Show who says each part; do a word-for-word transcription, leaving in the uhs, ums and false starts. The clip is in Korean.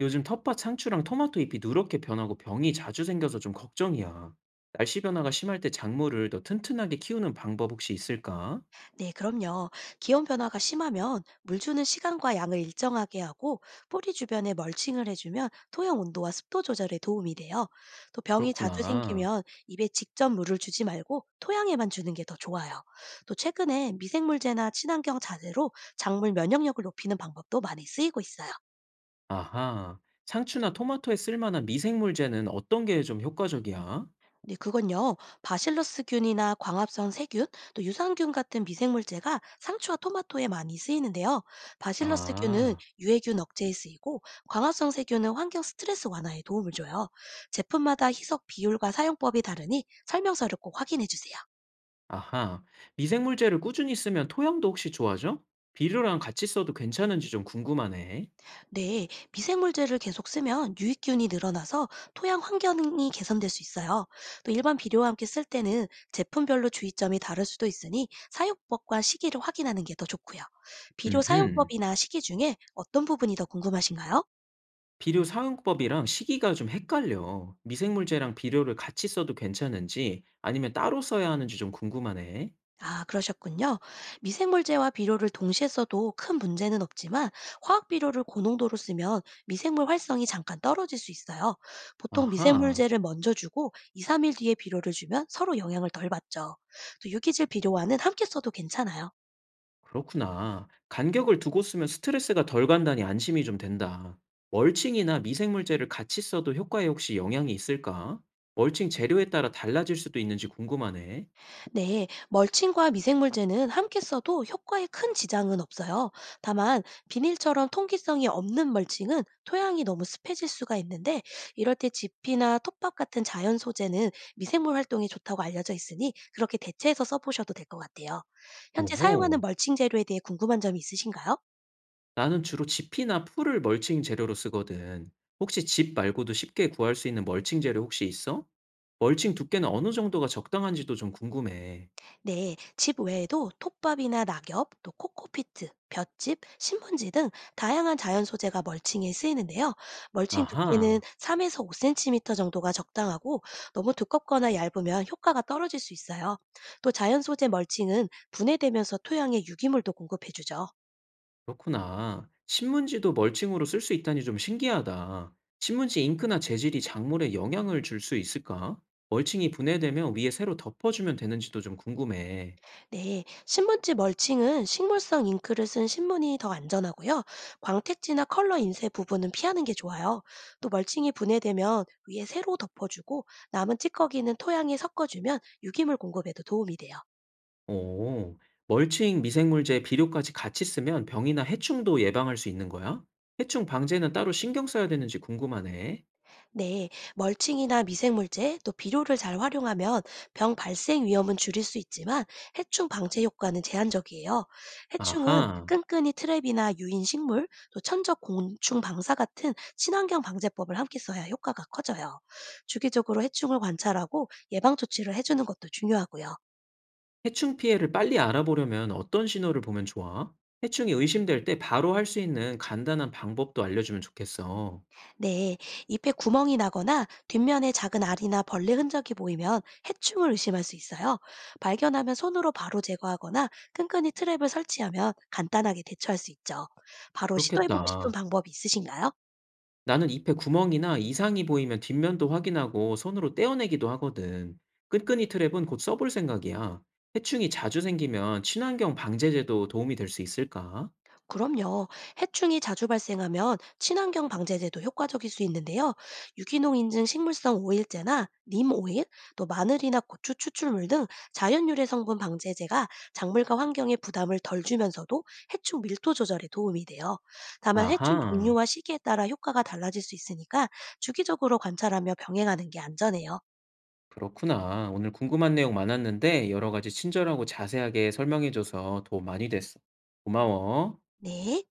Speaker 1: 요즘 텃밭 상추랑 토마토 잎이 누렇게 변하고 병이 자주 생겨서 좀 걱정이야. 날씨 변화가 심할 때 작물을 더 튼튼하게 키우는 방법 혹시 있을까?
Speaker 2: 네, 그럼요. 기온 변화가 심하면 물 주는 시간과 양을 일정하게 하고 뿌리 주변에 멀칭을 해주면 토양 온도와 습도 조절에 도움이 돼요. 또 병이 자주
Speaker 1: 그렇구나.
Speaker 2: 생기면 입에 직접 물을 주지 말고 토양에만 주는 게 더 좋아요. 또 최근에 미생물제나 친환경 자재로 작물 면역력을 높이는 방법도 많이 쓰이고 있어요.
Speaker 1: 아하. 상추나 토마토에 쓸만한 미생물제는 어떤 게 좀 효과적이야?
Speaker 2: 네, 그건요. 바실러스균이나 광합성 세균, 또 유산균 같은 미생물제가 상추와 토마토에 많이 쓰이는데요. 바실러스균은
Speaker 1: 아,
Speaker 2: 유해균 억제에 쓰이고, 광합성 세균은 환경 스트레스 완화에 도움을 줘요. 제품마다 희석 비율과 사용법이 다르니 설명서를 꼭 확인해 주세요.
Speaker 1: 아하. 미생물제를 꾸준히 쓰면 토양도 혹시 좋아져? 비료랑 같이 써도 괜찮은지 좀 궁금하네.
Speaker 2: 네, 미생물제를 계속 쓰면 유익균이 늘어나서 토양 환경이 개선될 수 있어요. 또 일반 비료와 함께 쓸 때는 제품별로 주의점이 다를 수도 있으니 사용법과 시기를 확인하는 게 더 좋고요. 비료
Speaker 1: 음흠.
Speaker 2: 사용법이나 시기 중에 어떤 부분이 더 궁금하신가요?
Speaker 1: 비료 사용법이랑 시기가 좀 헷갈려. 미생물제랑 비료를 같이 써도 괜찮은지 아니면 따로 써야 하는지 좀 궁금하네.
Speaker 2: 아, 그러셨군요. 미생물제와 비료를 동시에 써도 큰 문제는 없지만 화학 비료를 고농도로 쓰면 미생물 활성이 잠깐 떨어질 수 있어요. 보통
Speaker 1: 아하,
Speaker 2: 미생물제를 먼저 주고 이, 삼 일 뒤에 비료를 주면 서로 영향을 덜 받죠. 또 유기질 비료와는 함께 써도 괜찮아요.
Speaker 1: 그렇구나. 간격을 두고 쓰면 스트레스가 덜 간다니 안심이 좀 된다. 멀칭이나 미생물제를 같이 써도 효과에 혹시 영향이 있을까? 멀칭 재료에 따라 달라질 수도 있는지 궁금하네.
Speaker 2: 네, 멀칭과 미생물제는 함께 써도 효과에 큰 지장은 없어요. 다만 비닐처럼 통기성이 없는 멀칭은 토양이 너무 습해질 수가 있는데 이럴 때 지피나 톱밥 같은 자연 소재는 미생물 활동에 좋다고 알려져 있으니 그렇게 대체해서 써보셔도 될 것 같아요. 현재 사용하는
Speaker 1: 오호,
Speaker 2: 멀칭 재료에 대해 궁금한 점이 있으신가요?
Speaker 1: 나는 주로 집이나 풀을 멀칭 재료로 쓰거든. 혹시 집 말고도 쉽게 구할 수 있는 멀칭 재료 혹시 있어? 멀칭 두께는 어느 정도가 적당한지도 좀 궁금해.
Speaker 2: 네, 집 외에도 톱밥이나 낙엽, 또 코코피트, 볏짚, 신문지 등 다양한 자연 소재가 멀칭에 쓰이는데요. 멀칭 두께는
Speaker 1: 아하,
Speaker 2: 삼에서 오 센티미터 정도가 적당하고 너무 두껍거나 얇으면 효과가 떨어질 수 있어요. 또 자연 소재 멀칭은 분해되면서 토양에 유기물도 공급해주죠.
Speaker 1: 그렇구나. 신문지도 멀칭으로 쓸 수 있다니 좀 신기하다. 신문지 잉크나 재질이 작물에 영향을 줄 수 있을까? 멀칭이 분해되면 위에 새로 덮어주면 되는지도 좀 궁금해.
Speaker 2: 네, 신문지 멀칭은 식물성 잉크를 쓴 신문이 더 안전하고요. 광택지나 컬러 인쇄 부분은 피하는 게 좋아요. 또 멀칭이 분해되면 위에 새로 덮어주고 남은 찌꺼기는 토양에 섞어주면 유기물 공급에도 도움이 돼요.
Speaker 1: 오, 멀칭 미생물제 비료까지 같이 쓰면 병이나 해충도 예방할 수 있는 거야? 해충 방제는 따로 신경 써야 되는지 궁금하네.
Speaker 2: 네, 멀칭이나 미생물제 또 비료를 잘 활용하면 병 발생 위험은 줄일 수 있지만 해충 방제 효과는 제한적이에요. 해충은
Speaker 1: 아하.
Speaker 2: 끈끈이 트랩이나 유인 식물, 또 천적 곤충 방사 같은 친환경 방제법을 함께 써야 효과가 커져요. 주기적으로 해충을 관찰하고 예방 조치를 해주는 것도 중요하고요.
Speaker 1: 해충 피해를 빨리 알아보려면 어떤 신호를 보면 좋아? 해충이 의심될 때 바로 할 수 있는 간단한 방법도 알려주면 좋겠어.
Speaker 2: 네, 잎에 구멍이 나거나 뒷면에 작은 알이나 벌레 흔적이 보이면 해충을 의심할 수 있어요. 발견하면 손으로 바로 제거하거나 끈끈이 트랩을 설치하면 간단하게 대처할 수 있죠. 바로 시도해보고 싶은
Speaker 1: 그렇겠다.
Speaker 2: 방법이 있으신가요?
Speaker 1: 나는 잎에 구멍이나 이상이 보이면 뒷면도 확인하고 손으로 떼어내기도 하거든. 끈끈이 트랩은 곧 써볼 생각이야. 해충이 자주 생기면 친환경 방제제도 도움이 될 수 있을까?
Speaker 2: 그럼요. 해충이 자주 발생하면 친환경 방제제도 효과적일 수 있는데요. 유기농 인증 식물성 오일제나 님 오일, 또 마늘이나 고추 추출물 등 자연 유래 성분 방제제가 작물과 환경에 부담을 덜 주면서도 해충 밀도 조절에 도움이 돼요. 다만 해충
Speaker 1: 아하,
Speaker 2: 종류와 시기에 따라 효과가 달라질 수 있으니까 주기적으로 관찰하며 병행하는 게 안전해요.
Speaker 1: 그렇구나. 오늘 궁금한 내용 많았는데 여러 가지 친절하고 자세하게 설명해줘서 도움 많이 됐어. 고마워.
Speaker 2: 네.